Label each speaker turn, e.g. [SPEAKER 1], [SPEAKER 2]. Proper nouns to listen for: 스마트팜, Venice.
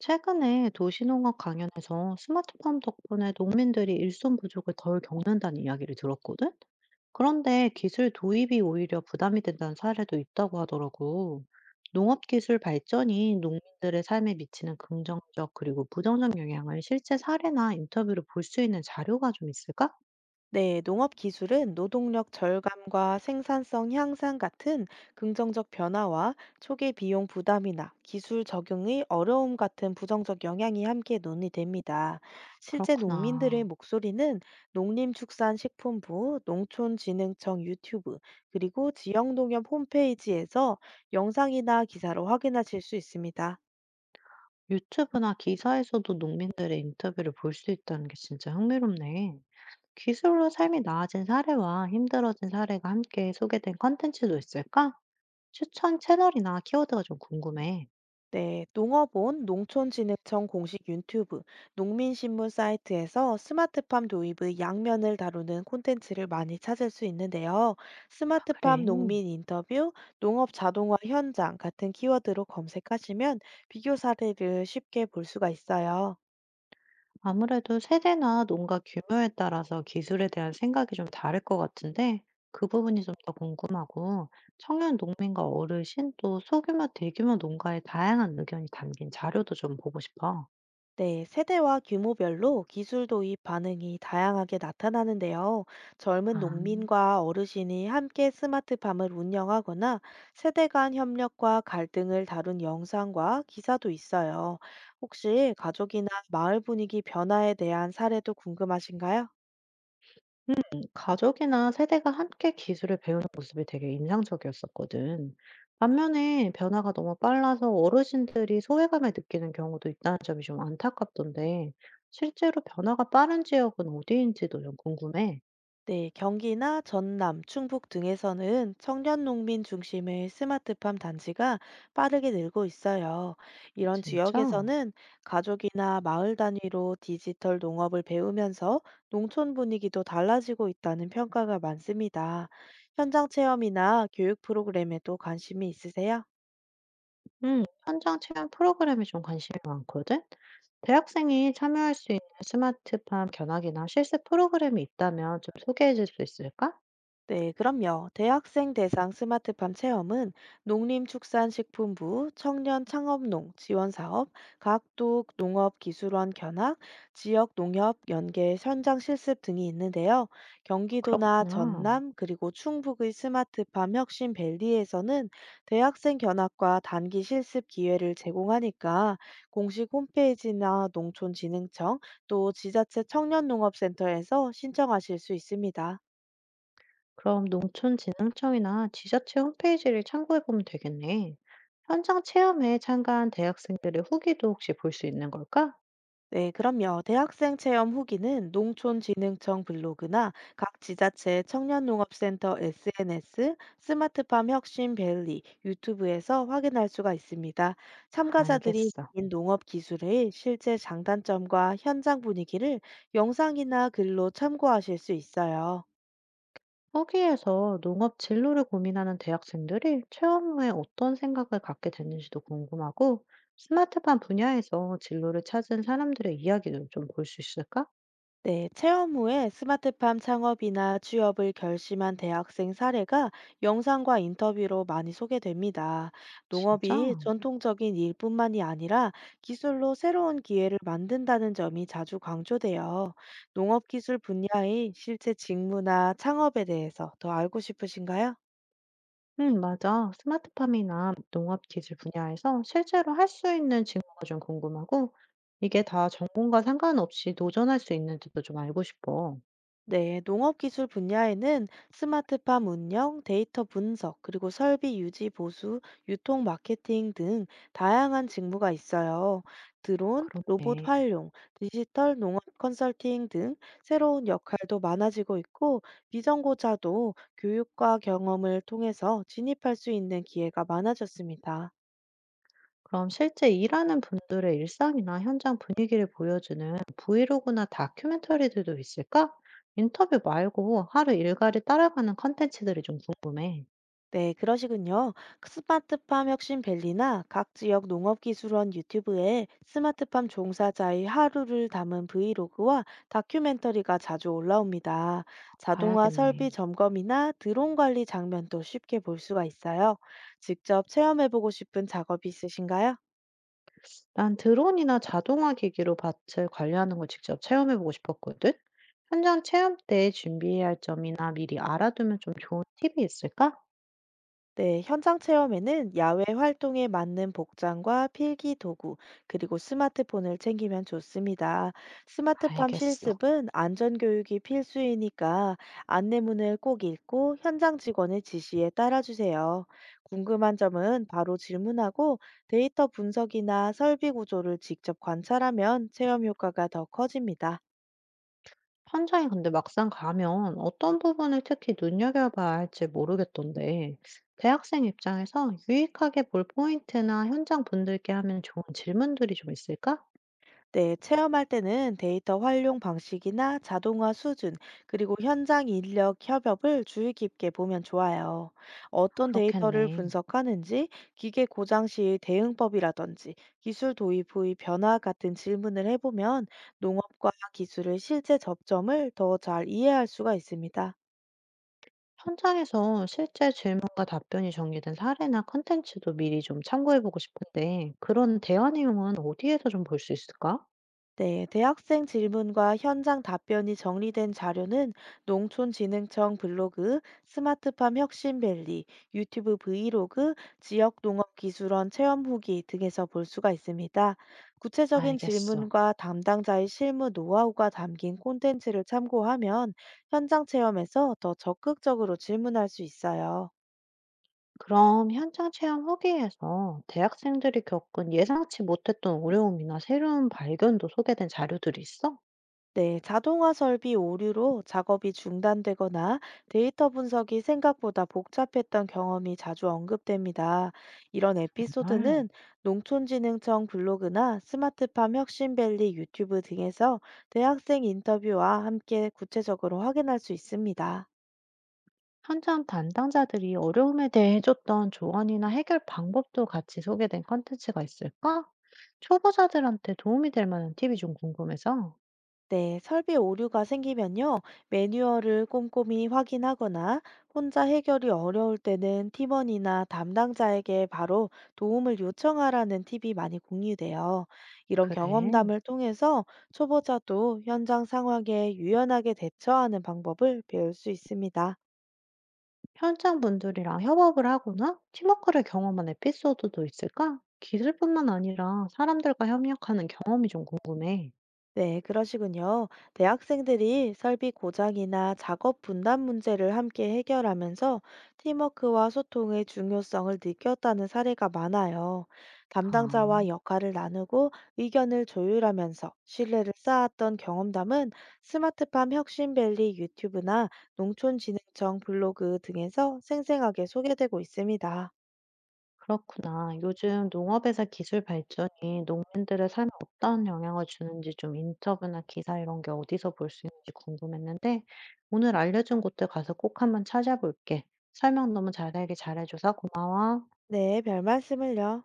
[SPEAKER 1] 최근에 도시농업 강연에서 스마트팜 덕분에 농민들이 일손 부족을 덜 겪는다는 이야기를 들었거든? 그런데 기술 도입이 오히려 부담이 된다는 사례도 있다고 하더라고. 농업 기술 발전이 농민들의 삶에 미치는 긍정적 그리고 부정적 영향을 실제 사례나 인터뷰로 볼 수 있는 자료가 좀 있을까?
[SPEAKER 2] 네, 농업 기술은 노동력 절감과 생산성 향상 같은 긍정적 변화와 초기 비용 부담이나 기술 적용의 어려움 같은 부정적 영향이 함께 논의됩니다. 실제 농민들의
[SPEAKER 1] 그렇구나.
[SPEAKER 2] 목소리는 농림축산식품부, 농촌진흥청 유튜브, 그리고 지역농협 홈페이지에서 영상이나 기사로 확인하실 수 있습니다.
[SPEAKER 1] 유튜브나 기사에서도 농민들의 인터뷰를 볼 수 있다는 게 진짜 흥미롭네. 기술로 삶이 나아진 사례와 힘들어진 사례가 함께 소개된 콘텐츠도 있을까? 추천 채널이나 키워드가 좀 궁금해.
[SPEAKER 2] 네, 농업원 농촌진흥청 공식 유튜브, 농민신문 사이트에서 스마트팜 도입의 양면을 다루는 콘텐츠를 많이 찾을 수 있는데요.
[SPEAKER 1] 아,
[SPEAKER 2] 스마트팜
[SPEAKER 1] 그래.
[SPEAKER 2] 농민 인터뷰, 농업 자동화 현장 같은 키워드로 검색하시면 비교 사례를 쉽게 볼 수가 있어요.
[SPEAKER 1] 아무래도 세대나 농가 규모에 따라서 기술에 대한 생각이 좀 다를 것 같은데 그 부분이 좀 더 궁금하고 청년 농민과 어르신 또 소규모 대규모 농가의 다양한 의견이 담긴 자료도 좀 보고 싶어.
[SPEAKER 2] 네, 세대와 규모별로 기술 도입 반응이 다양하게 나타나는데요. 젊은
[SPEAKER 1] 아.
[SPEAKER 2] 농민과 어르신이 함께 스마트팜을 운영하거나 세대 간 협력과 갈등을 다룬 영상과 기사도 있어요. 혹시 가족이나 마을 분위기 변화에 대한 사례도 궁금하신가요?
[SPEAKER 1] 가족이나 세대가 함께 기술을 배우는 모습이 되게 인상적이었었거든. 반면에 변화가 너무 빨라서 어르신들이 소외감을 느끼는 경우도 있다는 점이 좀 안타깝던데, 실제로 변화가 빠른 지역은 어디인지도 좀 궁금해.
[SPEAKER 2] 네, 경기나 전남, 충북 등에서는 청년 농민 중심의 스마트팜 단지가 빠르게 늘고 있어요. 이런
[SPEAKER 1] 진짜?
[SPEAKER 2] 지역에서는 가족이나 마을 단위로 디지털 농업을 배우면서 농촌 분위기도 달라지고 있다는 평가가 많습니다. 현장 체험이나 교육 프로그램에도 관심이 있으세요?
[SPEAKER 1] 응, 현장 체험 프로그램에 좀 관심이 많거든? 대학생이 참여할 수 있는 스마트팜 견학이나 실습 프로그램이 있다면 좀 소개해 줄 수 있을까?
[SPEAKER 2] 네, 그럼요. 대학생 대상 스마트팜 체험은 농림축산식품부 청년 창업농 지원사업, 각도 농업기술원 견학, 지역 농협 연계 현장 실습 등이 있는데요. 경기도나
[SPEAKER 1] 그렇구나.
[SPEAKER 2] 전남 그리고 충북의 스마트팜 혁신 밸리에서는 대학생 견학과 단기 실습 기회를 제공하니까 공식 홈페이지나 농촌진흥청 또 지자체 청년농업센터에서 신청하실 수 있습니다.
[SPEAKER 1] 그럼 농촌진흥청이나 지자체 홈페이지를 참고해 보면 되겠네. 현장 체험에 참가한 대학생들의 후기도 혹시 볼 수 있는 걸까?
[SPEAKER 2] 네, 그럼요. 대학생 체험 후기는 농촌진흥청 블로그나 각 지자체 청년농업센터 SNS, 스마트팜 혁신밸리 유튜브에서 확인할 수가 있습니다. 참가자들이
[SPEAKER 1] 알겠어.
[SPEAKER 2] 느낀 농업 기술의 실제 장단점과 현장 분위기를 영상이나 글로 참고하실 수 있어요.
[SPEAKER 1] 후기에서 농업 진로를 고민하는 대학생들이 체험 후에 어떤 생각을 갖게 됐는지도 궁금하고, 스마트팜 분야에서 진로를 찾은 사람들의 이야기도 좀 볼 수 있을까?
[SPEAKER 2] 네, 체험 후에 스마트팜 창업이나 취업을 결심한 대학생 사례가 영상과 인터뷰로 많이 소개됩니다.
[SPEAKER 1] 진짜?
[SPEAKER 2] 농업이 전통적인 일뿐만이 아니라 기술로 새로운 기회를 만든다는 점이 자주 강조돼요. 농업 기술 분야의 실제 직무나 창업에 대해서 더 알고 싶으신가요?
[SPEAKER 1] 응, 맞아. 스마트팜이나 농업 기술 분야에서 실제로 할 수 있는 직무가 좀 궁금하고, 이게 다 전공과 상관없이 도전할 수 있는지도 좀 알고 싶어.
[SPEAKER 2] 네, 농업기술 분야에는 스마트팜 운영, 데이터 분석, 그리고 설비 유지 보수, 유통 마케팅 등 다양한 직무가 있어요. 드론, 로봇
[SPEAKER 1] 그렇네.
[SPEAKER 2] 활용, 디지털 농업 컨설팅 등 새로운 역할도 많아지고 있고, 비전고자도 교육과 경험을 통해서 진입할 수 있는 기회가 많아졌습니다.
[SPEAKER 1] 그럼 실제 일하는 분들의 일상이나 현장 분위기를 보여주는 브이로그나 다큐멘터리들도 있을까? 인터뷰 말고 하루 일과를 따라가는 컨텐츠들이 좀 궁금해.
[SPEAKER 2] 네, 그러시군요. 스마트팜 혁신밸리나 각 지역 농업기술원 유튜브에 스마트팜 종사자의 하루를 담은 브이로그와 다큐멘터리가 자주 올라옵니다. 자동화 설비
[SPEAKER 1] 봐야겠네.
[SPEAKER 2] 점검이나 드론 관리 장면도 쉽게 볼 수가 있어요. 직접 체험해보고 싶은 작업이 있으신가요?
[SPEAKER 1] 난 드론이나 자동화 기기로 밭을 관리하는 걸 직접 체험해 보고 싶었거든. 현장 체험 때 준비해야 할 점이나 미리 알아두면 좀 좋은 팁이 있을까?
[SPEAKER 2] 네, 현장 체험에는 야외 활동에 맞는 복장과 필기 도구, 그리고 스마트폰을 챙기면 좋습니다. 스마트팜
[SPEAKER 1] 알겠어.
[SPEAKER 2] 실습은 안전교육이 필수이니까 안내문을 꼭 읽고 현장 직원의 지시에 따라주세요. 궁금한 점은 바로 질문하고 데이터 분석이나 설비 구조를 직접 관찰하면 체험 효과가 더 커집니다.
[SPEAKER 1] 현장에 근데 막상 가면 어떤 부분을 특히 눈여겨봐야 할지 모르겠던데, 대학생 입장에서 유익하게 볼 포인트나 현장 분들께 하면 좋은 질문들이 좀 있을까?
[SPEAKER 2] 네, 체험할 때는 데이터 활용 방식이나 자동화 수준, 그리고 현장 인력 협업을 주의 깊게 보면 좋아요. 어떤 데이터를
[SPEAKER 1] 그렇겠네.
[SPEAKER 2] 분석하는지, 기계 고장 시 대응법이라든지, 기술 도입 후의 변화 같은 질문을 해보면 농업과 기술의 실제 접점을 더 잘 이해할 수가 있습니다.
[SPEAKER 1] 현장에서 실제 질문과 답변이 정리된 사례나 컨텐츠도 미리 좀 참고해보고 싶은데, 그런 대화 내용은 어디에서 좀 볼 수 있을까?
[SPEAKER 2] 네, 대학생 질문과 현장 답변이 정리된 자료는 농촌진흥청 블로그, 스마트팜 혁신밸리, 유튜브 브이로그, 지역농업기술원 체험 후기 등에서 볼 수가 있습니다. 구체적인
[SPEAKER 1] 알겠어.
[SPEAKER 2] 질문과 담당자의 실무 노하우가 담긴 콘텐츠를 참고하면 현장 체험에서 더 적극적으로 질문할 수 있어요.
[SPEAKER 1] 그럼 현장 체험 후기에서 대학생들이 겪은 예상치 못했던 어려움이나 새로운 발견도 소개된 자료들이 있어?
[SPEAKER 2] 네, 자동화 설비 오류로 작업이 중단되거나 데이터 분석이 생각보다 복잡했던 경험이 자주 언급됩니다. 이런
[SPEAKER 1] 정말
[SPEAKER 2] 에피소드는 농촌진흥청 블로그나 스마트팜 혁신밸리 유튜브 등에서 대학생 인터뷰와 함께 구체적으로 확인할 수 있습니다.
[SPEAKER 1] 현장 담당자들이 어려움에 대해 해줬던 조언이나 해결 방법도 같이 소개된 컨텐츠가 있을까? 초보자들한테 도움이 될 만한 팁이 좀 궁금해서.
[SPEAKER 2] 네, 설비 오류가 생기면요, 매뉴얼을 꼼꼼히 확인하거나 혼자 해결이 어려울 때는 팀원이나 담당자에게 바로 도움을 요청하라는 팁이 많이 공유돼요. 이런
[SPEAKER 1] 그래.
[SPEAKER 2] 경험담을 통해서 초보자도 현장 상황에 유연하게 대처하는 방법을 배울 수 있습니다.
[SPEAKER 1] 현장 분들이랑 협업을 하거나 팀워크를 경험한 에피소드도 있을까? 기술뿐만 아니라 사람들과 협력하는 경험이 좀 궁금해.
[SPEAKER 2] 네, 그러시군요. 대학생들이 설비 고장이나 작업 분담 문제를 함께 해결하면서 팀워크와 소통의 중요성을 느꼈다는 사례가 많아요. 담당자와
[SPEAKER 1] 아,
[SPEAKER 2] 역할을 나누고 의견을 조율하면서 신뢰를 쌓았던 경험담은 스마트팜 혁신밸리 유튜브나 농촌진흥청 블로그 등에서 생생하게 소개되고 있습니다.
[SPEAKER 1] 그렇구나. 요즘 농업에서 기술 발전이 농민들의 삶에 어떤 영향을 주는지 좀 인터뷰나 기사 이런 게 어디서 볼 수 있는지 궁금했는데 오늘 알려준 곳들 가서 꼭 한번 찾아볼게. 설명 너무 자세하게 잘해줘서 고마워.
[SPEAKER 2] 네, 별 말씀을요.